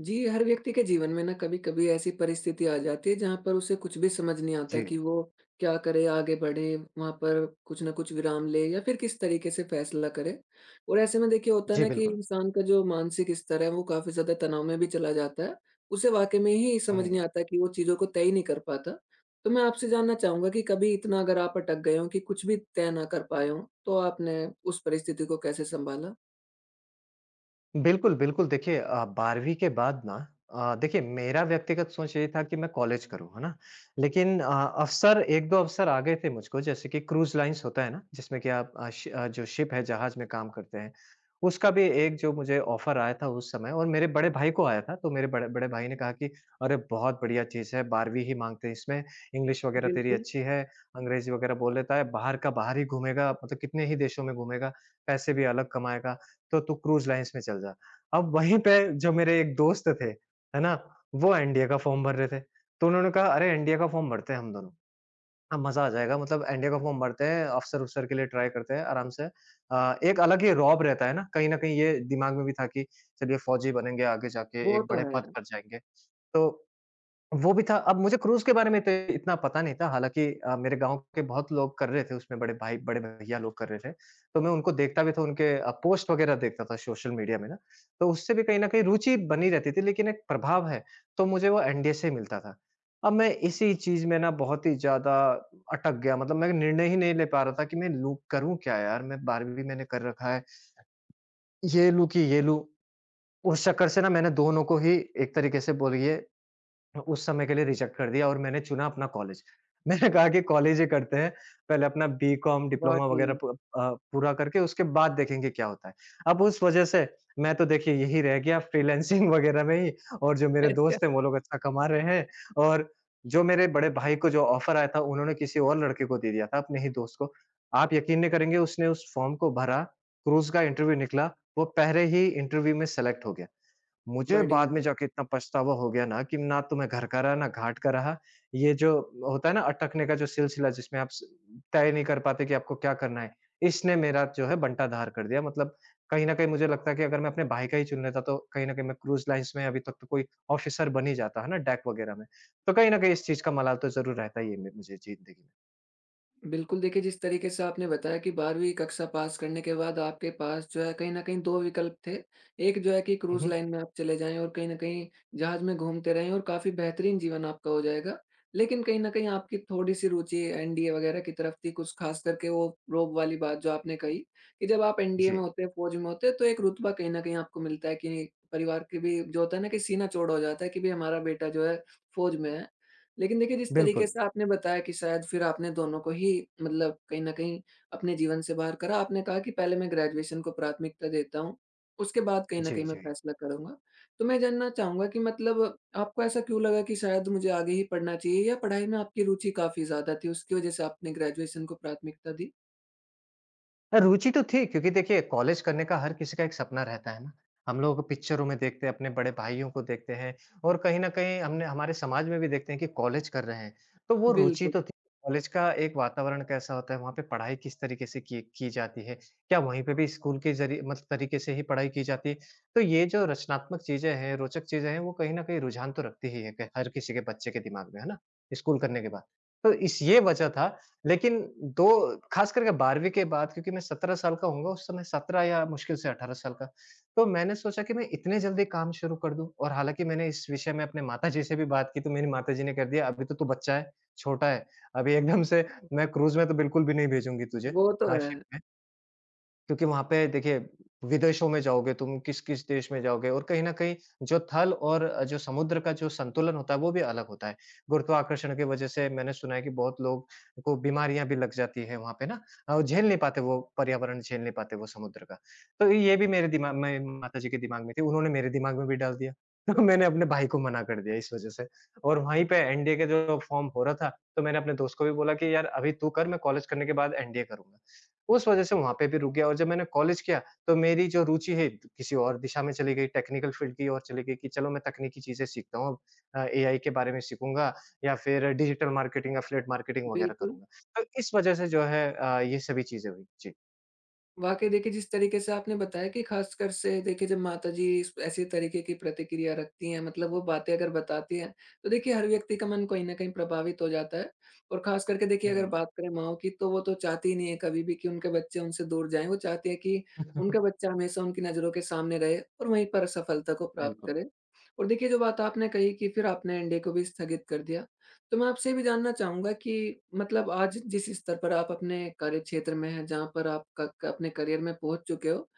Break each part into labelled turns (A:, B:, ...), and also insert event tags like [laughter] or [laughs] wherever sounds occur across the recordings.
A: जी, हर व्यक्ति के जीवन में ना कभी-कभी ऐसी परिस्थिति आ जाती है जहाँ पर उसे कुछ भी समझ नहीं आता
B: जी।
A: कि वो क्या करे, आगे बढ़े, वहाँ पर कुछ न कुछ विराम ले या फिर किस तरीके से फैसला करे। और ऐसे में देखिए होता है
B: जी,
A: ना कि
B: बिल्कुल।
A: इंसान का जो मानसिक स्तर है वो काफ़ी ज़्यादा तनाव में भी चला जाता है। उसे वाक़ई में ही समझ नहीं
B: हुँ।
A: आता कि वो चीज़ों को तय ही नहीं कर पाता। तो मैं आपसे जानना चाहूँगा कि कभी इतना अगर आप अटक गए हों कि कुछ भी तय ना कर पाए हों, तो आपने उस परिस्थिति को कैसे सँभाला?
B: बिल्कुल, बिल्कुल। देखिए 12वीं के बाद ना देखिए मेरा व्यक्तिगत सोच यही था कि मैं कॉलेज करूँ, है ना? लेकिन अवसर 1-2 अवसर आ गए थे मुझको, जैसे कि क्रूज़ लाइन्स होता है ना, जिसमें कि आप जो शिप है, जहाज़ में काम करते हैं, उसका भी एक जो मुझे ऑफ़र आया था उस समय, और मेरे बड़े भाई को आया था। तो मेरे बड़े बड़े भाई ने कहा कि अरे! बहुत बढ़िया चीज़ है, 12वीं ही माँगते हैं इसमें, इंग्लिश वग़ैरह तेरी
A: बिल्कुल,
B: अच्छी है, अंग्रेज़ी वग़ैरह बोल लेता है, बाहर का बाहर ही घूमेगा, मतलब कितने ही देशों में घूमेगा, पैसे भी अलग कमाएगा। तो तू क्रूज़ लाइन्स में चल जा। अब वहीं पे जो मेरे एक दोस्त थे, है ना? वो एनडीए का फ़ॉर्म भर रहे थे। तो उन्होंने कहा, अरे एनडीए का फ़ॉर्म भरते हैं हम दोनों। हाँ, मज़ा आ जाएगा, मतलब एनडीए का फ़ॉर्म भरते हैं, अफ़सर-वफ़सर के लिए ट्राई करते हैं आराम से। एक अलग ही रौब रहता है ना, कहीं न कहीं ये दिमाग में भी था कि चलिए फौजी बनेंगे, आगे जाके
A: वो
B: एक
A: तो
B: बड़े
A: है,
B: पद पर जाएँगे। तो वो भी था। अब मुझे क्रूज़ के बारे में तो इतना पता नहीं था, हालाँकि मेरे गाँव के बहुत लोग कर रहे थे उसमें, बड़े भाई बड़े भैया लोग कर रहे थे। तो मैं उनको देखता भी था, उनके पोस्ट वग़ैरह देखता था सोशल मीडिया में ना, तो उससे भी कहीं न कहीं रुचि बनी रहती थी, लेकिन एक प्रभाव है, तो मुझे वो एनडीए से ही मिलता था। अब मैं इसी चीज़ में ना बहुत ही ज़्यादा अटक गया, मतलब मैं निर्णय ही नहीं ले पा रहा था कि मैं लूँ करूँ क्या यार? मैं 12वीं मैंने कर रखा है, ये लूँ कि ये लूँ? उस चक्कर से ना मैंने दोनों को ही एक तरीके से बोलिए उस समय के लिए रिजेक्ट कर दिया और मैंने चुना अपना कॉलेज। [laughs] मैंने कहा कि कॉलेज ही करते हैं, पहले अपना बीकॉम, डिप्लोमा वगैरह
A: वाक़ई।
B: पूरा करके उसके बाद देखेंगे क्या होता है। अब उस वजह से मैं तो देखिए यही रह गया, फ्रीलांसिंग [laughs] वगैरह में ही, और जो मेरे दोस्त हैं
A: [laughs]
B: वो लोग अच्छा कमा रहे हैं। और जो मेरे बड़े भाई को जो ऑफ़र आया था, उन्होंने किसी और लड़के को दे दिया था, अपने ही दोस्त को। आप यकीन नहीं करेंगे, उसने उस फ़ॉर्म को भरा, क्रूज़ का इंटरव्यू निकला, वो पहले ही इंटरव्यू में सेलेक्ट हो गया। मुझे बाद
A: बढ़िया।
B: में जाके इतना पछतावा हो गया ना कि ना तो मैं घर का रहा, ना घाट का रहा। ये जो होता है ना अटकने का जो सिलसिला, जिसमें आप स तय नहीं कर पाते कि आपको क्या करना है, इसने मेरा जो है बंटाधार कर दिया। मतलब कहीं न कहीं मुझे लगता है कि अगर मैं अपने भाई का ही चुन लेता, तो कहीं न कहीं मैं क्रूज़ लाइन्स में अभी तक तो कोई ऑफ़िसर बन ही जाता, है ना? डैक वगैरह में। तो कहीं न कहीं इस चीज़ का मलाल तो ज़रूर रहता ही है मे मुझे ज़िंदगी में।
A: बिल्कुल देखिए, जिस तरीके से आपने बताया कि 12वीं कक्षा पास करने के बाद आपके पास जो है कहीं न कहीं 2 विकल्प थे। एक जो है कि
B: हुँ,
A: क्रूज़
B: हुँ।
A: लाइन में आप चले जाएँ और कहीं न कहीं जहाज़ में घूमते रहें और काफ़ी बेहतरीन जीवन आपका हो जाएगा। लेकिन कहीं न कहीं आपकी थोड़ी-सी रुचि एनडीए वग़ैरह की तरफ थी, कुछ ख़ास करके वो रोब वाली बात जो आपने कही कि जब आप एनडीए में
B: जी,
A: होते हैं, फ़ौज में होते हैं, तो एक रुतबा कहीं न कहीं आपको मिलता है कि परिवार के भी जो होता है ना कि सीना चौड़ा हो जाता है कि भई हमारा बेटा जो है फ़ौज में है। लेकिन देखिए, जिस तरीके
B: बिल्कुल।
A: से आपने बताया कि शायद फिर आपने दोनों को ही मतलब कहीं न कहीं अपने जीवन से बाहर करा। आपने कहा कि पहले मैं ग्रेजुएशन को प्राथमिकता देता हूँ, उसके बाद कहीं न
B: जी,
A: कहीं मैं
B: जी।
A: फैसला करूँगा। तो मैं जानना चाहूँगा कि मतलब आपको ऐसा क्यों लगा कि शायद मुझे आगे ही पढ़ना चाहिए या पढ़ाई में आपकी रुचि काफ़ी ज़्यादा थी, उसकी वजह से आपने ग्रेजुएशन को प्राथमिकता दी?
B: हाँ, रुचि तो थी, क्योंकि देखिए कॉलेज करने का हर किसी का एक सपना रहता है ना। हम लोग पिक्चरों में देखते हैं, अपने बड़े भाइयों को देखते हैं, और कहीं न कहीं हमने हमारे समाज में भी देखते हैं कि कॉलेज कर रहे हैं। तो वो रुचि
A: बिल्कुल,
B: तो थी, कॉलेज का एक वातावरण कैसा होता है, वहाँ पे पढ़ाई किस तरीके से की जाती है, क्या वहीं पे भी स्कूल के ज़रिए मतलब तरीके से ही पढ़ाई की जाती है। तो ये जो रचनात्मक चीज़ें हैं, रोचक चीज़ें हैं, वो कहीं न कहीं रुझान तो रखती ही है, क हर किसी के बच्चे के दिमाग में, है ना? स्कूल करने के बाद। तो इस ये वजह था, लेकिन 2 ख़ास करके 12वीं के बाद, क्योंकि मैं 17 साल का होऊँगा उस समय, 17 या मुश्किल से 18 साल का। तो मैंने सोचा कि मैं इतने जल्दी काम शुरू कर दूँ, और हालाँकि मैंने इस विषय में अपने माताजी से भी बात की, तो मेरी माताजी ने कह दिया, "अभी तो तू बच्चा है, छोटा है, अभी एकदम से मैं क्रूज़ में तो बिल्कुल भी नहीं भेजूँगी तुझे।"
A: वो तो
B: हाँ,
A: है।
B: शिप में। क्योंकि वहाँ पे देखिए विदेशों में जाओगे तुम, किस-किस देश में जाओगे, और कहीं न कहीं जो थल और जो समुद्र का जो संतुलन होता है, वो भी अलग होता है। गुरुत्वाकर्षण की वजह से मैंने सुना है कि बहुत लोग को बीमारियाँ भी लग जाती हैं वहाँ पे ना, वो झेल नहीं पाते, वो पर्यावरण झेल नहीं पाते वो समुद्र का। तो ये भी मेरे दिमाग में, माताजी के दिमाग में थी, उन्होंने मेरे दिमाग में भी डाल दिया। [laughs] तो मैंने अपने भाई को मना कर दिया इस वजह से, और वहीं पे एनडीए का जो फॉर्म हो रहा था, तो मैंने अपने दोस्त को भी बोला कि यार अभी तू कर, मैं कॉलेज करने के बाद एनडीए करूँगा। उस वजह से वहाँ पे भी रुक गया, और जब मैंने कॉलेज किया, तो मेरी जो रुचि है किसी और दिशा में चली गई, टेक्निकल फ़ील्ड की ओर चली गई, कि चलो मैं तकनीकी चीज़ें सीखता हूँ अब, एआई के बारे में सीखूँगा, या फिर डिजिटल मार्केटिंग, एफ़िलिएट मार्केटिंग वगैरह
A: बिल्कुल।
B: करूँगा। तो इस वजह से जो है ये सभी चीज़ें हुई। जी।
A: वाक़ई देखिए, जिस तरीके से आपने बताया कि ख़ासकर से देखिए जब माताजी इस ऐसे तरीके की प्रतिक्रिया रखती हैं, मतलब वो बातें अगर बताती हैं, तो देखिए हर व्यक्ति का मन कहीं न कहीं प्रभावित हो जाता है। और ख़ास करके देखिए अगर
B: हुँ।
A: बात करें माँओं की तो वो तो चाहती ही नहीं है कभी भी कि उनके बच्चे उनसे दूर जाएँ, वो चाहती है कि उनका
B: [laughs]
A: बच्चा हमेशा उनकी नज़रों के सामने रहे और वहीं पर सफलता को प्राप्त
B: बिल्कुल।
A: करे। और देखिए जो बात आपने कही कि फिर आपने एनडीए को भी स्थगित कर दिया। तो मैं आपसे ये भी जानना चाहूँगा कि मतलब आज जिस स्तर पर आप अपने कार्यक्षेत्र में हैं, जहाँ पर आप क क अपने करियर में पहुँच चुके हो,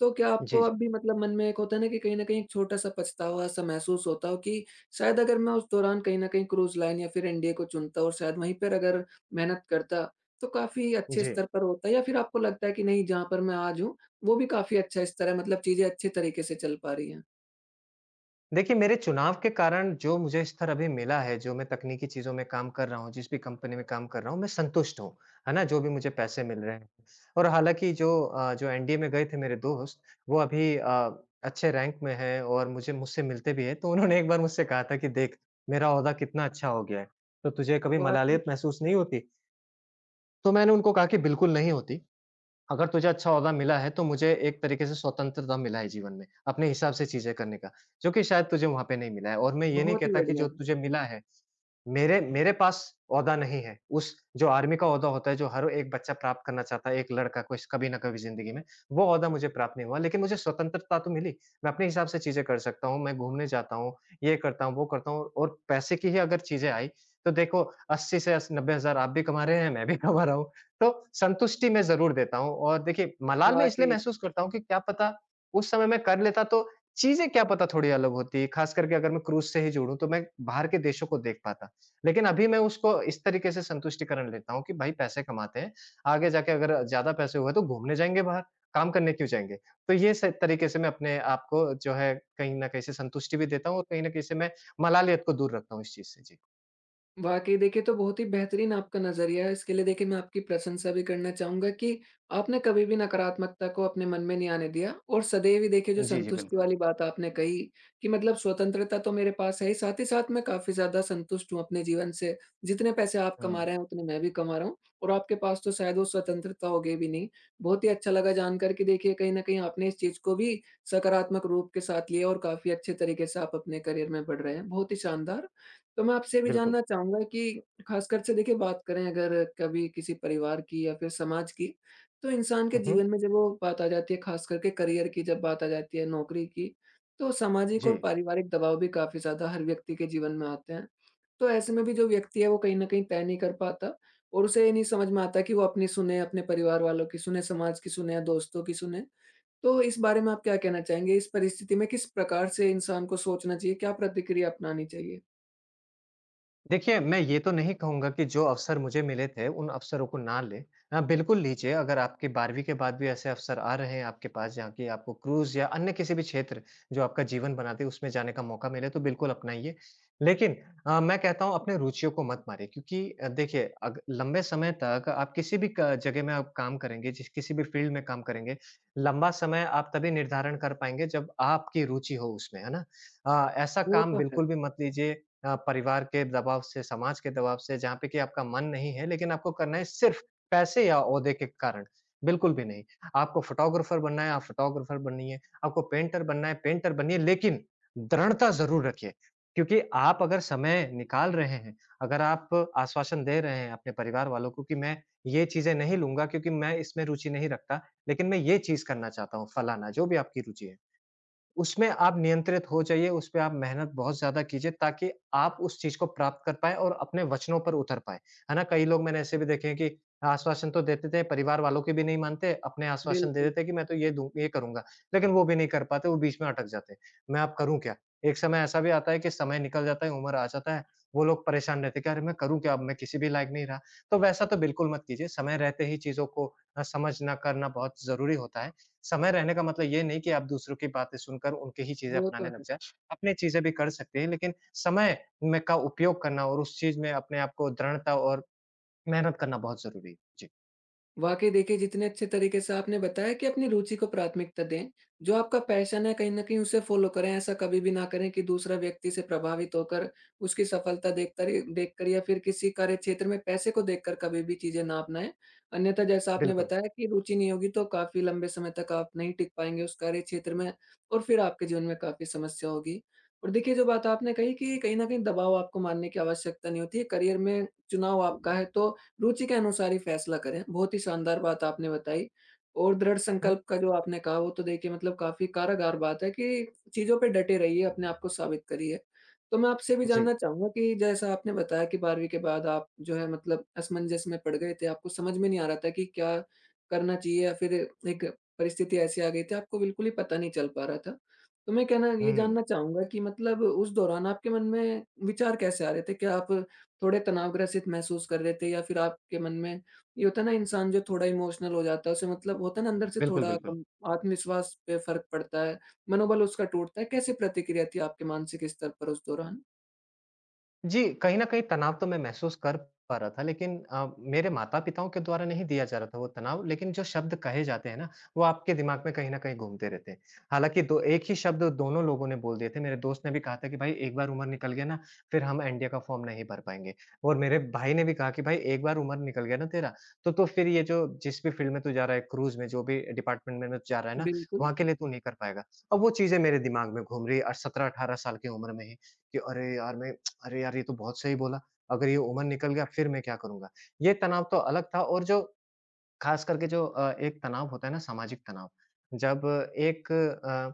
A: तो क्या
B: जी,
A: आपको
B: जी।
A: अब भी मतलब मन में एक होता है ना कि कहीं न कहीं एक छोटा-सा पछतावा-सा महसूस होता हो कि शायद अगर मैं उस दौरान कहीं न कहीं क्रूज़ लाइन या फिर एनडीए को चुनता और शायद वहीं पर अगर मेहनत करता, तो काफ़ी अच्छे
B: जी।
A: स्तर पर होता? या फिर आपको लगता है कि नहीं, जहाँ पर मैं आज हूँ, वो भी काफ़ी अच्छा स्तर है, मतलब चीज़ें अच्छे तरीके से चल पा रही हैं?
B: देखिए, मेरे चुनाव के कारण जो मुझे स्तर अभी मिला है, जो मैं तकनीकी चीज़ों में काम कर रहा हूँ, जिस भी कंपनी में काम कर रहा हूँ, मैं संतुष्ट हूँ, है ना? जो भी मुझे पैसे मिल रहे हैं। और हालाँकि जो जो एनडीए में गए थे मेरे दोस्त, वो अभी अच्छे रैंक में हैं और मुझे मुझसे मिलते भी हैं, तो उन्होंने एक बार मुझसे कहा था कि, "देख, मेरा ओहदा कितना अच्छा हो गया है, तो तुझे कभी
A: वाक़ई,
B: मलालियत महसूस नहीं होती?" तो मैंने उनको कहा कि, "बिल्कुल नहीं होती।" अगर तुझे अच्छा ओहदा मिला है, तो मुझे एक तरीके से स्वतंत्रता मिला है जीवन में, अपने हिसाब से चीज़ें करने का, जो कि शायद तुझे वहाँ पे नहीं मिला है, और मैं ये नहीं
A: बहुत ही
B: कहता कि
A: बढ़िया,
B: जो तुझे मिला है, मेरे मेरे पास ओहदा नहीं है। उस जो आर्मी का ओहदा होता है, जो हर एक बच्चा प्राप्त करना चाहता है, एक लड़का कुछ कभी ना कभी ज़िंदगी में, वो ओहदा मुझे प्राप्त नहीं हुआ। लेकिन मुझे स्वतंत्रता तो मिली। मैं अपने हिसाब से चीज़ें कर सकता हूँ, मैं घूमने जाता हूँ, ये करता हूँ, वो करता हूँ, और पैसे की ही अगर चीज़ें आई, तो देखो 80 से अस 90,000 आप भी कमा रहे हैं, मैं भी [laughs] कमा रहा हूँ। तो संतुष्टि मैं ज़रूर देता हूँ, और देखिए मलाल मैं इसलिए
A: वाक़ई।
B: महसूस करता हूँ कि क्या पता उस समय मैं कर लेता तो चीज़ें क्या पता थोड़ी अलग होती। ख़ास करके अगर मैं क्रूज़ से ही जुड़ूँ, तो मैं बाहर के देशों को देख पाता। लेकिन अभी मैं उसको इस तरीके से संतुष्टिकरण लेता हूँ कि भाई पैसे कमाते हैं, आगे जाके अगर ज़्यादा पैसे हुए तो घूमने जाएँगे बाहर, काम करने क्यों जाएँगे? तो ये स तरीके से मैं अपने आप को जो है कहीं न कहीं से संतुष्टि भी देता हूँ, और कहीं न कहीं से मैं मलालियत को दूर रखता हूँ इस चीज़ से। जी।
A: वाक़ई देखिए, तो बहुत ही बेहतरीन आपका नज़रिया है। इसके लिए देखिए मैं आपकी प्रशंसा भी करना चाहूँगा कि आपने कभी भी नकारात्मकता को अपने मन में नहीं आने दिया और सदैव ही देखिए जो
B: जी, जी,
A: संतुष्टि
B: बिल्कुल।
A: वाली बात आपने कही कि मतलब स्वतंत्रता तो मेरे पास है ही साथ मैं काफ़ी ज़्यादा संतुष्ट हूँ अपने जीवन से। जितने पैसे आप कमा
B: हुँ,
A: रहे हैं, उतने मैं भी कमा रहा हूँ और आपके पास तो शायद वो स्वतंत्रता होगी भी नहीं। बहुत ही अच्छा लगा जानकर कि देखिए कहीं न कहीं आपने इस चीज़ को भी सकारात्मक रूप के साथ लिया और काफ़ी अच्छे तरीके से आप अपने करियर में बढ़ रहे हैं। बहुत ही शानदार। तो मैं आपसे भी
B: बिल्कुल।
A: जानना चाहूँगा कि ख़ासकर से देखिए बात करें अगर कभी किसी परिवार की या फिर समाज की, तो इंसान के
B: हुँ, हुँ।
A: जीवन में जब वो बात आ जाती है ख़ास करके करियर की जब बात आ जाती है, नौकरी की, तो सामाजिक
B: जी।
A: और पारिवारिक दबाव भी काफ़ी ज़्यादा हर व्यक्ति के जीवन में आते हैं। तो ऐसे में भी जो व्यक्ति है वो कहीं न कहीं तय नहीं कर पाता और उसे ये नहीं समझ में आता कि वो अपनी सुने, अपने परिवार वालों की सुने, समाज की सुने या दोस्तों की सुने। तो इस बारे में आप क्या कहना चाहेंगे? इस परिस्थिति में किस प्रकार से इंसान को सोचना चाहिए? क्या प्रतिक्रिया अपनानी चाहिए?
B: देखिए, मैं ये तो नहीं कहूँगा कि जो अवसर मुझे मिले थे, उन अवसरों को ना लें। हाँ, बिल्कुल लीजिए, अगर आपके 12वीं के बाद भी ऐसे अवसर आ रहे हैं आपके पास, जहाँ कि आपको क्रूज़ या अन्य किसी भी क्षेत्र, जो आपका जीवन बनाते हैं, उसमें जाने का मौका मिले, तो बिल्कुल अपनाइए। लेकिन मैं कहता हूँ, अपने रुचियों को मत मारिए, क्योंकि देखिए, अग लंबे समय तक आप किसी भी क जगह में आप काम करेंगे, जिस किसी भी फ़ील्ड में काम करेंगे, लंबा समय आप तभी निर्धारण कर पाएँगे, जब आपकी रुचि हो उसमें, है ना? ऐसा
A: वो
B: काम
A: तो है।
B: बिल्कुल भी मत लीजिए परिवार के दबाव से, समाज के दबाव से, जहाँ पे कि आपका मन नहीं है, लेकिन आपको करना है सिर्फ़ पैसे या ओहदे के कारण, बिल्कुल भी नहीं। आपको फोटोग्राफ़र बनना है, आप फोटोग्राफ़र बनिए, आपको पेंटर बनना है, पेंटर बनिए, लेकिन दृढ़ता ज़रूर रखिए। क्योंकि आप अगर समय निकाल रहे हैं, अगर आप आश्वासन दे रहे हैं अपने परिवार वालों को कि मैं ये चीज़ें नहीं लूँगा क्योंकि मैं इसमें रुचि नहीं रखता, लेकिन मैं ये चीज़ करना चाहता हूँ, फलाना, जो भी आपकी रुचि है। उसमें आप नियंत्रित हो जाइए, उसपे आप मेहनत बहुत ज़्यादा कीजिए ताकि आप उस चीज़ को प्राप्त कर पाएँ और अपने वचनों पर उतर पाएँ। है ना? कई लोग मैंने ऐसे भी देखे हैं कि आश्वासन तो देते थे, परिवार वालों के भी नहीं मानते, अपने आश्वासन दे
A: बिल्कुल,
B: देते हैं कि मैं तो ये दूँ ये करूँगा, लेकिन वो भी नहीं कर पाते, वो बीच में अटक जाते हैं। मैं अब करूँ क्या? एक समय ऐसा भी आता है कि समय निकल जाता है, उम्र आ जाता है, वो लोग परेशान रहते हैं कि अरे! मैं करूँ क्या अब? मैं किसी भी लायक नहीं रहा। तो वैसा तो बिल्कुल मत कीजिए, समय रहते ही चीज़ों को समझना करना बहुत ज़रूरी होता है। समय रहने का मतलब ये नहीं कि आप दूसरों की बातें सुनकर उनकी ही चीज़ें
A: वो तो
B: अपनाने लग
A: है।
B: जाएँ। अपनी चीज़ें भी कर सकते हैं लेकिन समय में का उपयोग करना और उस चीज़ में अपने आप को दृढ़ता और मेहनत करना बहुत ज़रूरी है। जी,
A: वाक़ई देखिए जितने अच्छे तरीके से आपने बताया कि अपनी रुचि को प्राथमिकता दें, जो आपका पैशन है कहीं न कहीं उसे फ़ॉलो करें, ऐसा कभी भी ना करें कि दूसरा व्यक्ति से प्रभावित होकर उसकी सफलता देखता रे देखकर या फिर किसी कार्यक्षेत्र में पैसे को देखकर कभी भी चीज़ें ना अपनाएँ। अन्यथा जैसा आपने
B: बिल्कुल।
A: बताया कि रुचि नहीं होगी तो काफ़ी लंबे समय तक आप नहीं टिक पाएँगे उस कार्यक्षेत्र में और फिर आपके जीवन में काफ़ी समस्या होगी। और देखिए जो बात आपने कही कि कहीं न कहीं दबाव आपको मानने की आवश्यकता नहीं होती है, करियर में चुनाव आपका है तो रुचि के अनुसार ही फ़ैसला करें। बहुत ही शानदार बात आपने बताई और दृढ़
B: हुँ,
A: संकल्प का जो आपने कहा वो तो देखिए मतलब काफ़ी कारागार बात है कि चीज़ों पे डटे रहिए, अपने आप को साबित करिए। तो मैं आपसे भी
B: जी।
A: जानना चाहूँगा कि जैसा आपने बताया कि 12वीं के बाद आप जो है मतलब असमंजस में पड़ गए थे, आपको समझ में नहीं आ रहा था कि क्या करना चाहिए या फिर एक परिस्थिति ऐसी आ गई थी आपको बिल्कुल ही पता नहीं चल पा रहा था। तो मैं कहना ये
B: हुँ,
A: जानना चाहूँगा कि मतलब उस दौरान आपके मन में विचार कैसे आ रहे थे? क्या आप थोड़े तनावग्रसित महसूस कर रहे थे या फिर आपके मन में ये होता है ना इंसान जो थोड़ा इमोशनल हो जाता है उसे मतलब होता है ना अंदर से
B: बिल्कुल,
A: थोड़ा
B: बिल्कुल।
A: कम आत्मविश्वास पे फ़र्क पड़ता है, मनोबल उसका टूटता है, कैसी प्रतिक्रिया थी आपके मानसिक स्तर पर उस दौरान?
B: जी, कहीं न कहीं तनाव तो मैं महसूस कर पा रहा था लेकिन मेरे माता-पिताओं के द्वारा नहीं दिया जा रहा था वो तनाव लेकिन जो शब्द कहे जाते हैं ना, वो आपके दिमाग में कहीं न कहीं घूमते रहते हैं। हालाँकि दो एक ही शब्द दोनों लोगों ने बोल दिए थे, मेरे दोस्त ने भी कहा था कि भाई एक बार उम्र निकल गया ना, फिर हम एनडीए का फ़ॉर्म नहीं भर पाएँगे और मेरे भाई ने भी कहा कि भाई एक बार उम्र निकल गया ना तेरा, तो फिर ये जो जिस भी फ़ील्ड में तू जा रहा है, क्रूज़ में जो भी डिपार्टमेंट में तू जा रहा है ना,
A: बिल्कुल,
B: वहाँ के लिए तू नहीं कर पाएगा। अब वो चीज़ें मेरे दिमाग में घूम रही है और 17-18 साल की उम्र में ही कि अरे यार! मैं अरे यार! ये तो बहुत सही बोला, अगर ये उमर निकल गया फिर मैं क्या करूँगा? ये तनाव तो अलग था और जो खास करके जो अ, एक तनाव होता है ना सामाजिक तनाव, जब एक अ,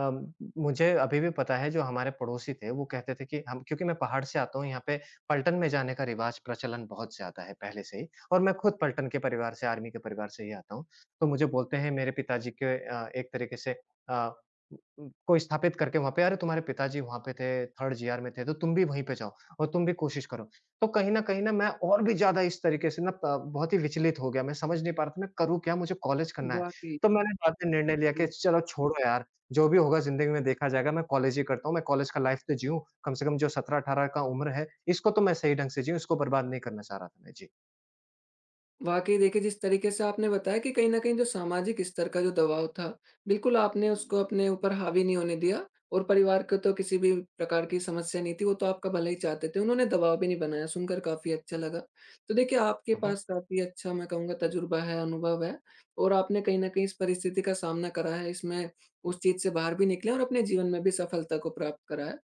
B: अम, मुझे अभी भी पता है जो हमारे पड़ोसी थे वो कहते थे कि हम क्योंकि मैं पहाड़ से आता हूँ यहाँ पे पलटन में जाने का रिवाज प्रचलन बहुत ज़्यादा है पहले से ही और मैं खुद पलटन के परिवार से आर्मी के परिवार से ही आता हूँ। तो मुझे बोलते हैं मेरे पिताजी के एक तरीके से अ, को स्थापित करके वहाँ पे, "अरे! तुम्हारे पिताजी वहाँ पे थे, 3rd जीआर में थे, तो तुम भी वहीं पे जाओ और तुम भी कोशिश करो।" तो कहीं न कहीं ना मैं और भी ज़्यादा इस तरीके से ना प बहुत ही विचलित हो गया, मैं समझ नहीं पा रहा था मैं करूँ क्या? मुझे कॉलेज करना है।
A: वाक़ई।
B: तो मैंने बाद में निर्णय लिया कि चलो छोड़ो यार, जो भी होगा ज़िंदगी में देखा जाएगा, मैं कॉलेज ही करता हूँ, मैं कॉलेज का लाइफ़ तो जीऊँ, कम से कम जो 17-18 का उम्र है, इसको तो मैं सही ढंग से जीऊँ, इसको बर्बाद नहीं करना चाह रहा था मैं। जी।
A: वाक़ई देखिए, जिस तरीके से आपने बताया कि कहीं न कहीं जो सामाजिक स्तर का जो दबाव था, बिल्कुल आपने उसको अपने ऊपर हावी नहीं होने दिया और परिवार को तो किसी भी प्रकार की समस्या नहीं थी, वो तो आपका भला ही चाहते थे, उन्होंने दबाव भी नहीं बनाया, सुनकर काफ़ी अच्छा लगा। तो देखिए, आपके
B: हुँ, हुँ।
A: पास काफ़ी अच्छा मैं कहूँगा तजुर्बा है, अनुभव है और आपने कहीं न कहीं इस परिस्थिति का सामना करा है, इसमें उस चीज़ से बाहर भी निकले और अपने जीवन में भी सफलता को प्राप्त करा है।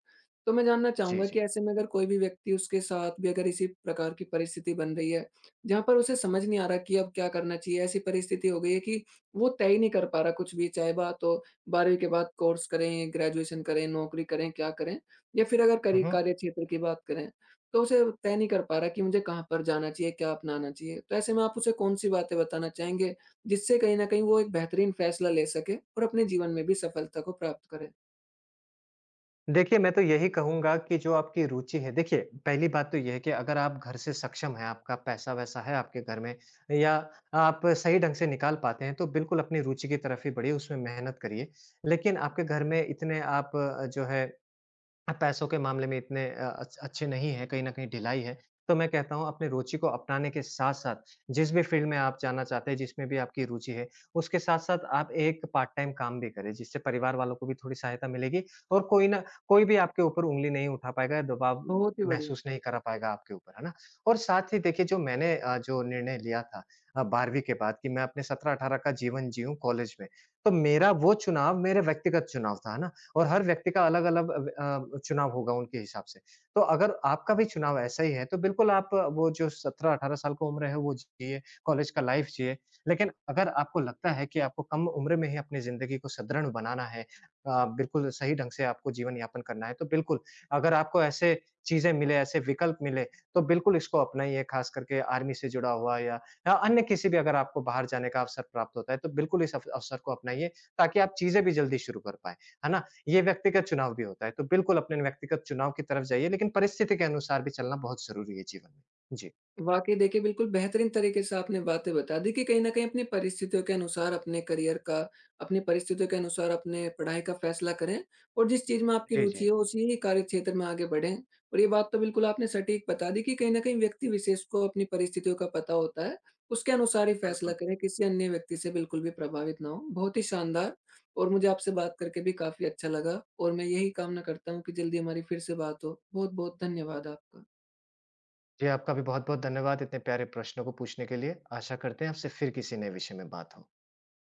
A: तो मैं जानना
B: जी,
A: चाहूँगा कि
B: जी।
A: ऐसे में अगर कोई भी व्यक्ति उसके साथ भी अगर इसी प्रकार की परिस्थिति बन रही है, जहाँ पर उसे समझ नहीं आ रहा कि अब क्या करना चाहिए। ऐसी परिस्थिति हो गई है कि वो तय ही नहीं कर पा रहा कुछ भी, चाहे बात हो 12वीं के बाद कोर्स करें, ग्रेजुएशन करें, नौकरी करें, क्या करें? या फिर अगर
B: हुँ,
A: करी
B: हुँ।
A: कार्यक्षेत्र की बात करें, तो उसे तय नहीं कर पा रहा कि मुझे कहाँ पर जाना चाहिए, क्या अपनाना चाहिए। तो ऐसे में आप उसे कौन-सी बातें बताना चाहेंगे, जिससे कहीं न कहीं वो एक बेहतरीन फैसला ले सके और अपने जीवन में भी सफलता को प्राप्त करे?
B: देखिए, मैं तो यही कहूँगा कि जो आपकी रुचि है देखिए, पहली बात तो ये है कि अगर आप घर से सक्षम हैं, आपका पैसा-वैसा है आपके घर में या आप सही ढंग से निकाल पाते हैं, तो बिल्कुल अपनी रुचि की तरफ ही बढ़िए, उसमें मेहनत करिए। लेकिन आपके घर में इतने आप जो है पैसों के मामले में इतने अच अच्छे नहीं हैं, कहीं न कहीं ढिलाई है। तो मैं कहता हूँ अपनी रुचि को अपनाने के साथ-साथ, जिस भी फ़ील्ड में आप जाना चाहते हैं, जिसमें भी आपकी रुचि है, उसके साथ-साथ आप एक पार्ट टाइम काम भी करें, जिससे परिवार वालों को भी थोड़ी सहायता मिलेगी और कोई ना कोई भी आपके ऊपर उँगली नहीं उठा पाएगा, दबाव
A: बहुत ही बढ़िया।
B: महसूस नहीं करा पाएगा आपके ऊपर, है ना? और साथ ही देखिए जो निर्णय लिया था 12वीं के बाद कि मैं अपने 17-18 का जीवन जीऊँ कॉलेज में, तो मेरा वो चुनाव मेरा व्यक्तिगत चुनाव था, है ना? और हर व्यक्ति का अलग-अलग चुनाव होगा उनके हिसाब से। तो अगर आपका भी चुनाव ऐसा ही है, तो बिल्कुल आप वो जो 17-18 साल की उम्र है वो जिए, कॉलेज का लाइफ़ जिए। लेकिन अगर आपको लगता है कि आपको कम उम्र में ही अपनी ज़िंदगी को सुदृढ़ बनाना है बिल्कुल सही ढंग से आपको जीवन यापन करना है, तो बिल्कुल अगर आपको ऐसे चीज़ें मिले, ऐसे विकल्प मिले, तो बिल्कुल इसको अपनाइए ख़ास करके आर्मी से जुड़ा हुआ या अन्य किसी भी अगर आपको बाहर जाने का अवसर प्राप्त होता है, तो बिल्कुल इस अव अवसर को अपनाइए ताकि आप चीज़ें भी जल्दी शुरू कर पाएँ। है ना? ये व्यक्तिगत चुनाव भी होता है, तो बिल्कुल अपने व्यक्तिगत चुनाव की तरफ जाइए, लेकिन परिस्थिति के अनुसार भी चलना बहुत ज़रूरी है जीवन में। जी।
A: वाक़ई देखिए, बिल्कुल बेहतरीन तरीके से आपने बातें बता दी कि कहीं न कहीं अपनी परिस्थितियों के अनुसार अपने करियर का, अपनी परिस्थितियों के अनुसार अपने पढ़ाई का फ़ैसला करें और जिस चीज़ में आपकी
B: जी, जी।
A: रुचि हो उसी कार्यक्षेत्र में आगे बढ़ें। और ये बात तो बिल्कुल आपने सटीक बता दी कि कहीं न कहीं व्यक्ति विशेष को अपनी परिस्थितियों का पता होता है, उसके अनुसार ही फ़ैसला
B: बिल्कुल।
A: करें, किसी अन्य व्यक्ति से बिल्कुल भी प्रभावित ना हों। बहुत ही शानदार और मुझे आपसे बात करके भी काफ़ी अच्छा लगा और मैं यही कामना करता हूँ कि जल्दी हमारी फिर से बात हो। बहुत-बहुत धन्यवाद आपका।
B: जी, आपका भी बहुत-बहुत धन्यवाद इतने प्यारे प्रश्नों को पूछने के लिए। आशा करते हैं आपसे फिर किसी नए विषय में बात हो।